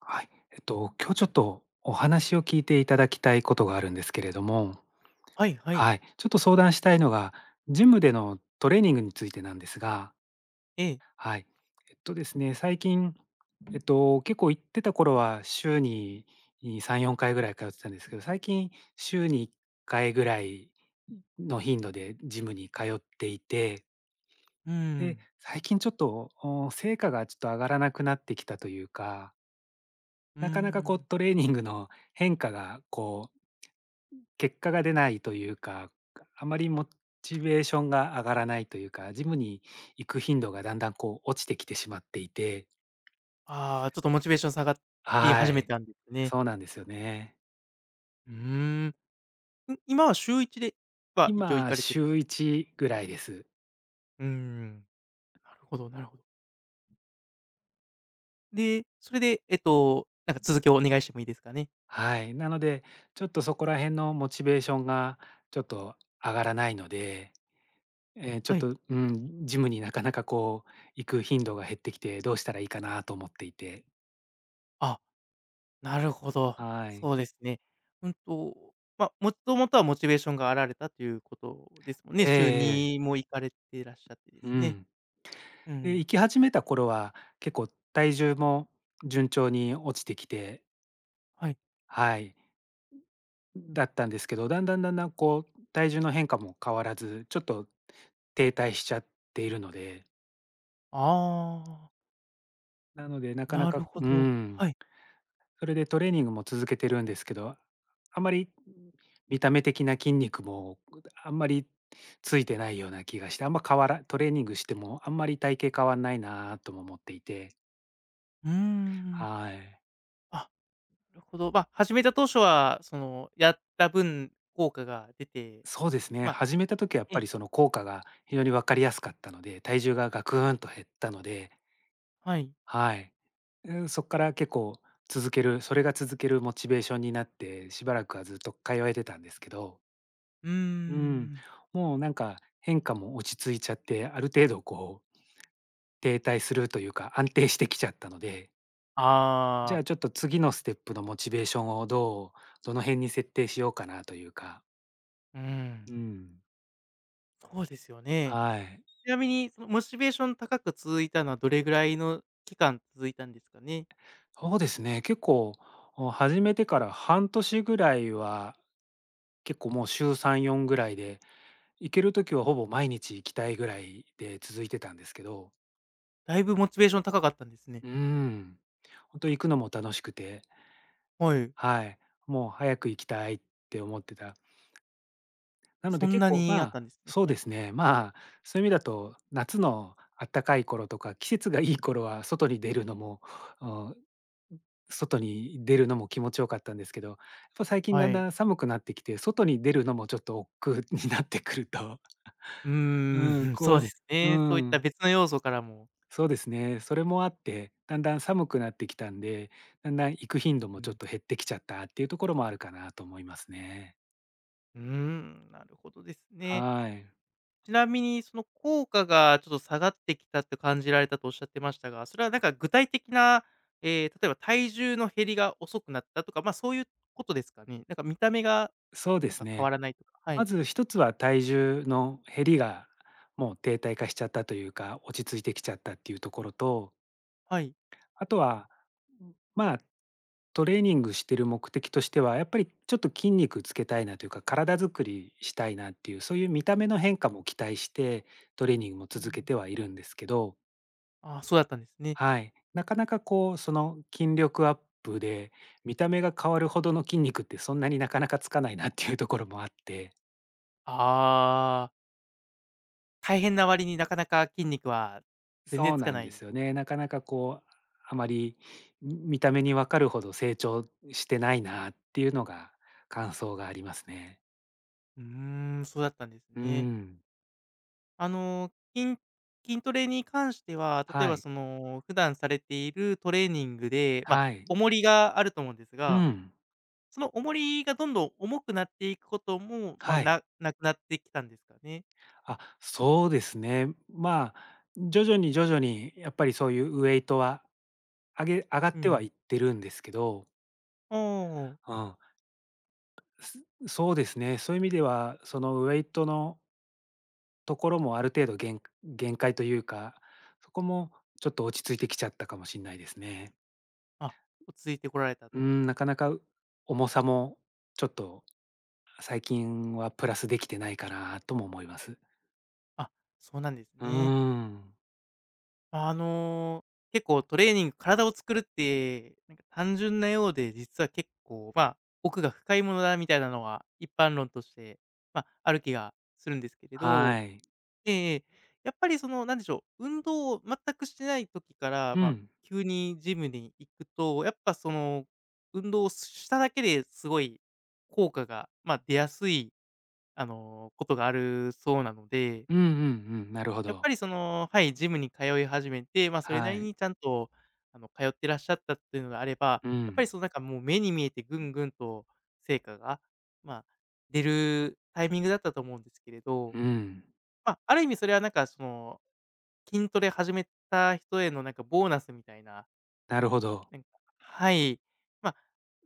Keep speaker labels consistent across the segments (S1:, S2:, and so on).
S1: はい。今日ちょっとお話を聞いていただきたいことがあるんですけれども、
S2: はいはい。
S1: はい。ちょっと相談したいのが、ジムでのトレーニングについてなんですが、
S2: ええ。
S1: はい。えっとですね、最近、結構行ってた頃は週にさんよんかい3、4回ぐらい通ってたんですけど、最近週に1回ぐらいの頻度でジムに通っていて、
S2: うー
S1: で、
S2: ん。
S1: 最近ちょっと、成果がちょっと上がらなくなってきたというか、
S2: うー
S1: なかなかこう
S2: ん。
S1: トレーニングの変化がこう結果が出ないというか、あまりモチベーションが上がらないというか、ジムに行く頻度がだんだんこう落ちてきてしまっていて。
S2: ああ、ちょっとモチベーション下がり
S1: は
S2: 始め
S1: い。
S2: たんですね。
S1: そうなんですよね。
S2: うーん。ん、今は週1では一応行
S1: 今
S2: かれてる
S1: 週
S2: と。
S1: 1ぐらいです。
S2: うーん。なるほどなるほど。で、それで、なんか続きをお願いしてもいいですかね？
S1: はい。なので、ちょっとそこら辺のモチベーションがちょっと上がらないので、ちょ
S2: は
S1: っ
S2: い。
S1: と、うん、ジムになかなかこう行く頻度が減ってきてどうしたらいいかなと思っていて。
S2: あ、なるほど。
S1: はい。
S2: そうですね。ま、もともとはモチベーションがあられたということですもんね。
S1: ええ
S2: 週
S1: ええ、
S2: 2も行かれてらっしゃってで
S1: う
S2: すね。
S1: ん。
S2: う
S1: で、
S2: ん。
S1: 行き始めた頃は、結構体重も順調に落ちてきて、
S2: はい。
S1: はい、だったんですけど、だんだんだんだんこう、体重の変化も変わらず、ちょっと停滞しちゃっているので、
S2: ああ、
S1: なかな
S2: なる
S1: か
S2: ほ
S1: う
S2: ど。
S1: ん、
S2: はい。
S1: それでトレーニングも続けてるんですけど、あまり見た目的な筋肉もあんまりついてないような気がして、あんま変わらトレーニングしてもあんまり体型変わんないなとも思っていて。
S2: うーん。
S1: はい。
S2: あ、なるほど。まあ、始めた当初は、その、やった分、効果が出て、
S1: そうですね。
S2: まあ
S1: 始めた時はやっ
S2: え
S1: ぱ
S2: え、
S1: りその効果が非常に分かりやすかったので、体重がガクーンと減ったので、
S2: はい。
S1: はい。うん、そっから結構続ける、それが続けるモチベーションになって、しばらくはずっと通えてたんですけど、
S2: うー
S1: うん、
S2: ん。
S1: もうなんか変化も落ち着いちゃって、ある程度こう停滞するというか安定してきちゃったので、じゃ
S2: ああ、
S1: あちょっと次のステップのモチベーションをどの辺に設定しようかなというか、
S2: うん、
S1: うん、
S2: そうですよね。
S1: はい。
S2: ちなみに、その、モチベーション高く続いたのはどれぐらいの期間続いたんですかね？
S1: そうですね、結構、あ、始めてから半年ぐらいは、結構もう週3、4ぐらいで、行ける時はほぼ毎日行きたいぐらいで続いてたんですけど、
S2: だいぶモチベーション高かったんですね。
S1: うん、本当行くのも楽しくて、
S2: はい。
S1: はい、もう早く行きたいって思ってた。なの
S2: そ
S1: で
S2: ん
S1: 結
S2: な
S1: 構、ま
S2: にあった
S1: あ、
S2: んですね。
S1: そう
S2: は
S1: で
S2: い。
S1: すね、まあ、そういう意味だと、夏のあったかい頃とか、季節がいい頃は外に出るのも気持ちよかったんですけど、やっぱ最近
S2: は
S1: だん
S2: い。
S1: だん寒くなってきて、外に出るのもちょっと億劫になってくると、
S2: う
S1: うん、
S2: ーん、そう
S1: こ
S2: です
S1: うう
S2: ね。そういった
S1: ん、
S2: 別の要素からも。
S1: そうですね。それもあって、だんだん寒くなってきたんで、だんだん行く頻度
S2: う
S1: もちょっ
S2: ん。
S1: と減ってきちゃったっていうところもあるかなと思いますね。
S2: うーん、なるほどですね。
S1: はい。
S2: ちなみに、その効果がちょっと下がってきたって感じられたとおっしゃってましたが、それはなんか具体的な、例えば体重の減りが遅くなったとか、まあそういうことですかね。なんか見た目が
S1: そうで
S2: なん
S1: す
S2: か変わ
S1: ね。
S2: らないとか。は
S1: ま
S2: い。
S1: ず一つは体重の減りが、もう停滞化しちゃったというか、落ち着いてきちゃったっていうところと、
S2: はい。
S1: あとは、まあトレーニングしてる目的としては、やっぱりちょっと筋肉つけたいなというか、体づくりしたいなっていう、そういう見た目の変化も期待して、トレーニングも
S2: う
S1: 続け
S2: ん。
S1: てはいるんですけど、
S2: ああ、そうだったんですね。
S1: はい。なかなかこう、その筋力アップで、見た目が変わるほどの筋肉ってそんなになかなかつかないなっていうところもあって、
S2: ああ、大変な割になかなか筋肉は全然
S1: そう
S2: つか
S1: なん
S2: な
S1: で
S2: い。
S1: すよね。なかなかこう、あまり見た目にわかるほど成長してないなっていうのが感想がありますね。
S2: うーん、そうだったんです
S1: う
S2: ね。
S1: ん。
S2: あの、筋トレに関しては、例え
S1: は
S2: ば
S1: い。
S2: その、普段されているトレーニングで、まあ、
S1: はい。
S2: 重りがあると思うんです
S1: う
S2: が、
S1: ん、
S2: その重りがどんどん重くなっていくことも、まあ、
S1: はい。
S2: なくなってきたんですかね？
S1: あ、そうですね。まあ、徐々に徐々にやっぱりそういうウエイトは上げ上が
S2: う
S1: っては
S2: ん。
S1: いってるんですけど、
S2: お
S1: うん、そうですね。そういう意味では、そのウエイトのところもある程度限界というか、そこもちょっと落ち着いてきちゃったかもしれないですね。
S2: あ、ああ、落ち着いてこられた
S1: う
S2: と。
S1: ん、なかなか重さもちょっと最近はプラスできてないかなとも思います。
S2: あ、そうなんです
S1: うー
S2: ね。
S1: ん。
S2: あの、結構トレーニング体を作るって、なんか単純なようで、実は結構、まあ、奥が深いものだみたいなのは、一般論として、まあ、ある気がするんですけれど。
S1: はい。
S2: ええやっぱりその、なんでしょう、運動を全くしてない時から、
S1: う
S2: まあ、
S1: ん、
S2: 急にジムに行くと、やっぱその、運動をしただけですごい効果が、まあ、出やすい、あの、ことがあるそうなので
S1: うんうんうん、なるほ
S2: やっ
S1: ど。
S2: ぱりその、はい、ジムに通い始めて、まあ、それな
S1: は
S2: り
S1: い。
S2: にちゃんと、あの、通ってらっしゃったっていうのがあれば、
S1: う
S2: やっぱり
S1: ん、
S2: そのなんかもう目に見えてぐんぐんと成果が、まあ、出るタイミングだったと思うんですけれど、
S1: うん。
S2: まあ、ある意味それはなんかその、筋トレ始めた人へのなんかボーナスみたいな
S1: なるほど。
S2: なんかはい。まあ、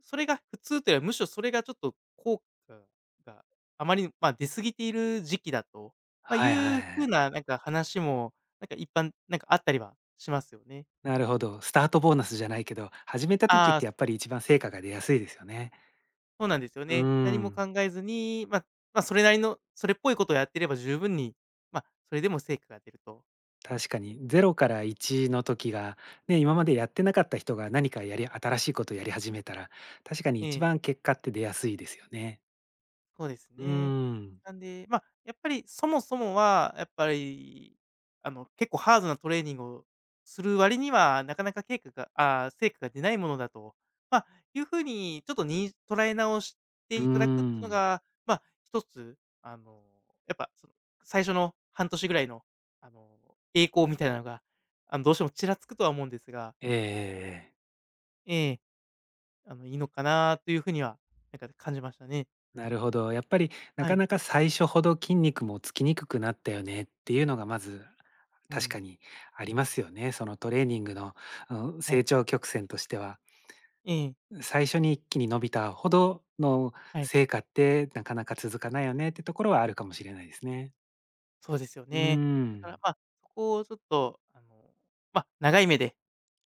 S2: それが普通というよりは、むしろそれがちょっと効果があまり、まあ、出過ぎている時期だと、まあ、い
S1: はいは
S2: う
S1: いは
S2: 風
S1: い。
S2: ななんか話も、なんか一般なんかあったりはしますよね。
S1: なるほど。スタートボーナスじゃないけど、始めた時っ
S2: ああ、
S1: てやっぱり一番成果が出やすいですよね。
S2: そうなんですよ
S1: うー
S2: ね。何も
S1: ん。
S2: 考えずに、まあまあ、それなりのそれっぽいことをやってれば十分に、まあ、それでも成果が出ると。
S1: 確かにゼロから1の時が、ね、今までやってなかった人が何かやり新しいことをやり始めたら、確かに
S2: え
S1: 一
S2: え。
S1: 番結果って出やすいですよね。
S2: そうです
S1: う
S2: ね。
S1: ーん。
S2: なんで、まあ、やっぱりそもそもは、やっぱり、あの、結構ハードなトレーニングをする割には、なかなか成果が出ないものだと、まあ、いう風にちょっとに捉え直して
S1: うー
S2: いただくっていうの
S1: ん。
S2: が、まあ、一つ、あの、やっぱその、最初の半年ぐらいの、あの、栄光みたいなのが、あの、どうしてもちらつくとは思うんですが、
S1: ええええええ。
S2: ええ、あの、いいのかなという風には、なんか感じましたね。
S1: なるほど。やっぱりな
S2: は
S1: か
S2: い。
S1: なか最初ほど筋肉もつきにくくなったよねっていうのがまず
S2: う
S1: 確か
S2: ん。
S1: にありますよね。そのトレーニングの、うん、
S2: は
S1: 成
S2: い。
S1: 長曲線としては。
S2: ええ、
S1: 最初に一気に伸びたほどの
S2: はい。
S1: 成果ってなかなか続かないよねってところはあるかもしれないですね。
S2: そうですよ
S1: う
S2: ね。だか
S1: ん、
S2: ら、まあ、そこをちょっと、あの、まあ、長い目で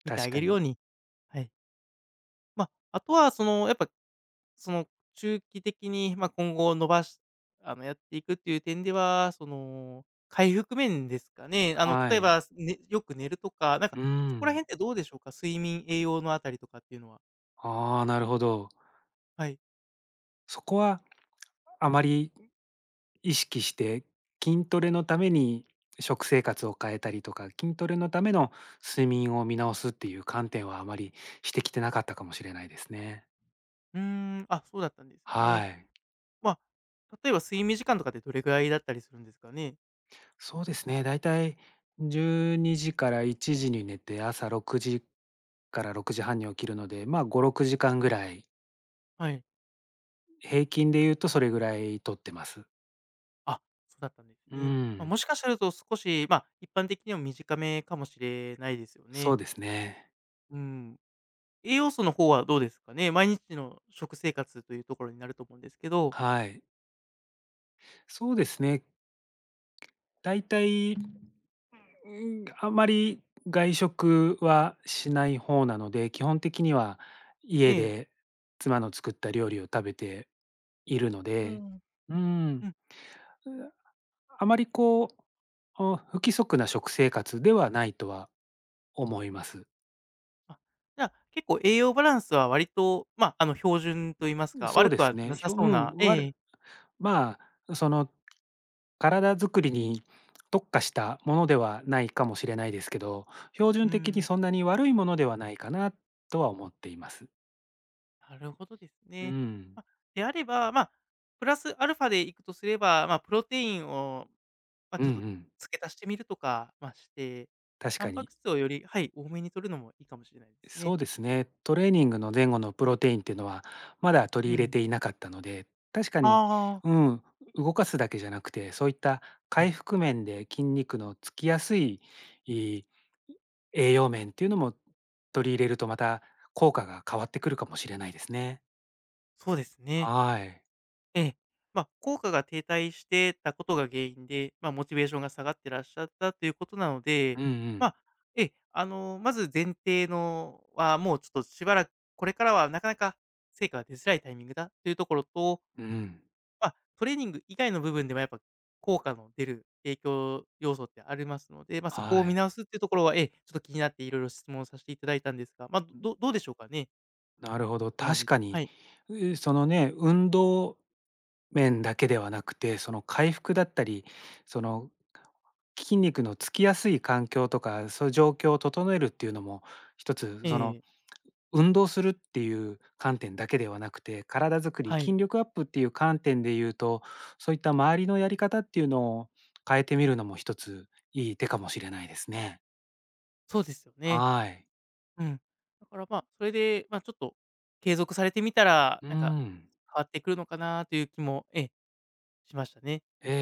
S2: 見てあ
S1: 確か
S2: げるよう
S1: に。
S2: に、はい。まあ、あとはその、やっぱ、その、中期的に、まあ、今後伸ばしあの、やっていくっていう点では、その、回復面ですかね。あの、
S1: は
S2: 例え
S1: い。
S2: ば、ねよく寝るとか、なんか、
S1: う
S2: そこら
S1: ん。
S2: 辺ってどうでしょうか？睡眠、栄養のあたりとかっていうのは。
S1: ああ、なるほど。
S2: はい。
S1: そこはあまり意識して筋トレのために食生活を変えたりとか、筋トレのための睡眠を見直すっていう観点はあまりしてきてなかったかもしれないですね。
S2: うーん、あ、そうだったんですね。
S1: はい。
S2: まあ、例えば睡眠時間とかってどれぐらいだったりするんですかね？
S1: そうですね、だいたい12時から1時に寝て、朝6時から6時半に起きるので、まあ、5、6時間ぐらい、
S2: はい。
S1: 平均で言うとそれぐらい取ってます。
S2: あ、そうだったんです
S1: う
S2: ね。まあ、も
S1: ん、
S2: しかすると少し、まあ、一般的にも短めかもしれないですよ
S1: そ
S2: ね。
S1: うですね。
S2: うん。栄養素の方はどうですかね？毎日の食生活というところになると思うんですけど。
S1: はい。そうですね、だいたいうん。あまり外食はしない方なので、基本的には
S2: え
S1: 家
S2: え。
S1: で妻の作った料理を食べているの
S2: う
S1: で、
S2: ん。
S1: うん、
S2: うん。
S1: あまりこう、あ、不規則な食生活ではないとは思います。
S2: あ、じゃあ、結構栄養バランスは割と、まあ、あの標準と言いますか、
S1: そう
S2: 悪
S1: で
S2: くは
S1: す
S2: な
S1: ね、ひ
S2: さ
S1: ょ
S2: そ
S1: う
S2: う
S1: ん、
S2: なえ
S1: 悪、
S2: え。
S1: まあ、その、体作りに特化したものではないかもしれないですけど、標
S2: うー
S1: 準的に
S2: ん。
S1: そんなに悪いものではないかなとは思っています。
S2: なるほどです
S1: う
S2: ね。
S1: ん。
S2: まあ、であれば、まあ、プラスアルファでいくとすれば、まあ、プロテインを、まあ、
S1: うん
S2: ちょ
S1: う
S2: っと
S1: ん、
S2: 付け足してみるとか、まあ、して、
S1: 確
S2: タ
S1: か
S2: ンパク
S1: に。
S2: 質をよりはい、多めに摂るのもいいかもしれないです
S1: そ
S2: ね。
S1: うですね。トレーニングの前後のプロテインっていうのは、まだ取
S2: う
S1: り入れ
S2: ん。
S1: ていなかったので、確か
S2: あ
S1: に、
S2: あ、
S1: うん、動かすだけじゃなくて、そういった
S2: は
S1: 回
S2: い、
S1: 復面で筋肉のつきやすい、いい栄養面っていうのも取り入れると、また効果が変わってくるかもしれないですね。
S2: そうですね。
S1: はい。
S2: ええ。まあ、効果が停滞してたことが原因で、まあ、モチベーションが下がってらっしゃったということなの
S1: う
S2: で、
S1: んう
S2: ま
S1: ん。
S2: あ、ええ、あの、まず前提のは、もうちょっとしばらく、これからはなかなか成果が出づらいタイミングだというところと、
S1: うん。
S2: まあ、トレーニング以外の部分でもやっぱ効果の出る影響要素ってありますので、まあ、そこ
S1: は
S2: を見
S1: い。
S2: 直すっていうところは、ええ、ちょっと気になっていろいろ質問させていただいたんですが、まあ、どうでしょうかね？
S1: なるほど。
S2: ここまで
S1: 確
S2: で。
S1: か
S2: は
S1: に、
S2: い。
S1: そのね、運動面だけではなくて、その回復だったり、その筋肉のつきやすい環境とか、そういう状況を整えるっていうのも、一つ
S2: え
S1: その
S2: え。
S1: 運動するっていう観点だけではなくて、体づくり、
S2: はい。
S1: 筋力アップっていう観点で言うと、そういった周りのやり方っていうのを変えてみるのも一ついい手かもしれないですね。
S2: そうですよね。
S1: はい。
S2: うん。だから、まあ、それで、まあ、ちょっと継続されてみたら、
S1: う
S2: なんか
S1: ん。
S2: 変わってくるのかなという気も、ええ、しましたね。
S1: ええええ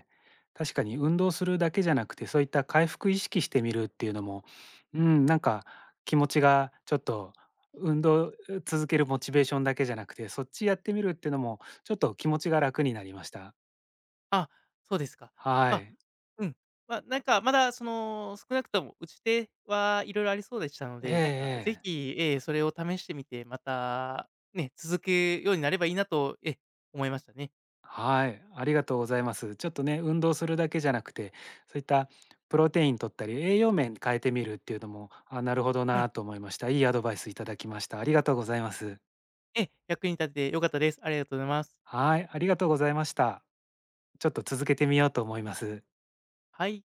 S1: ええ。確かに運動するだけじゃなくて、そういった回復意識してみるっていうのも、うん、なんか気持ちがちょっと運動続けるモチベーションだけじゃなくて、そっちやってみるっていうのもちょっと気持ちが楽になりました。
S2: あ、そうですか。
S1: は
S2: まあ、
S1: い。
S2: うん。まあ、なんかまだその、少なくとも打ち手はいろいろありそうでしたの
S1: ええ
S2: で、なんかぜ
S1: ええ。
S2: ひ、ええ、それを試してみて、またね、続くようになればいいなと、ええ、思いましたね。
S1: はい、ありがとうございます。ちょっとね、運動するだけじゃなくて、そういったプロテイン取ったり、栄養面変えてみるっていうのも、あ、なるほど
S2: は
S1: な
S2: い。
S1: と思いました。いいアドバイスいただきました。ありがとうございます。
S2: ええ、役に立てて良かったです。ありがとうございます。
S1: はい、ありがとうございました。ちょっと続けてみようと思います。
S2: はい。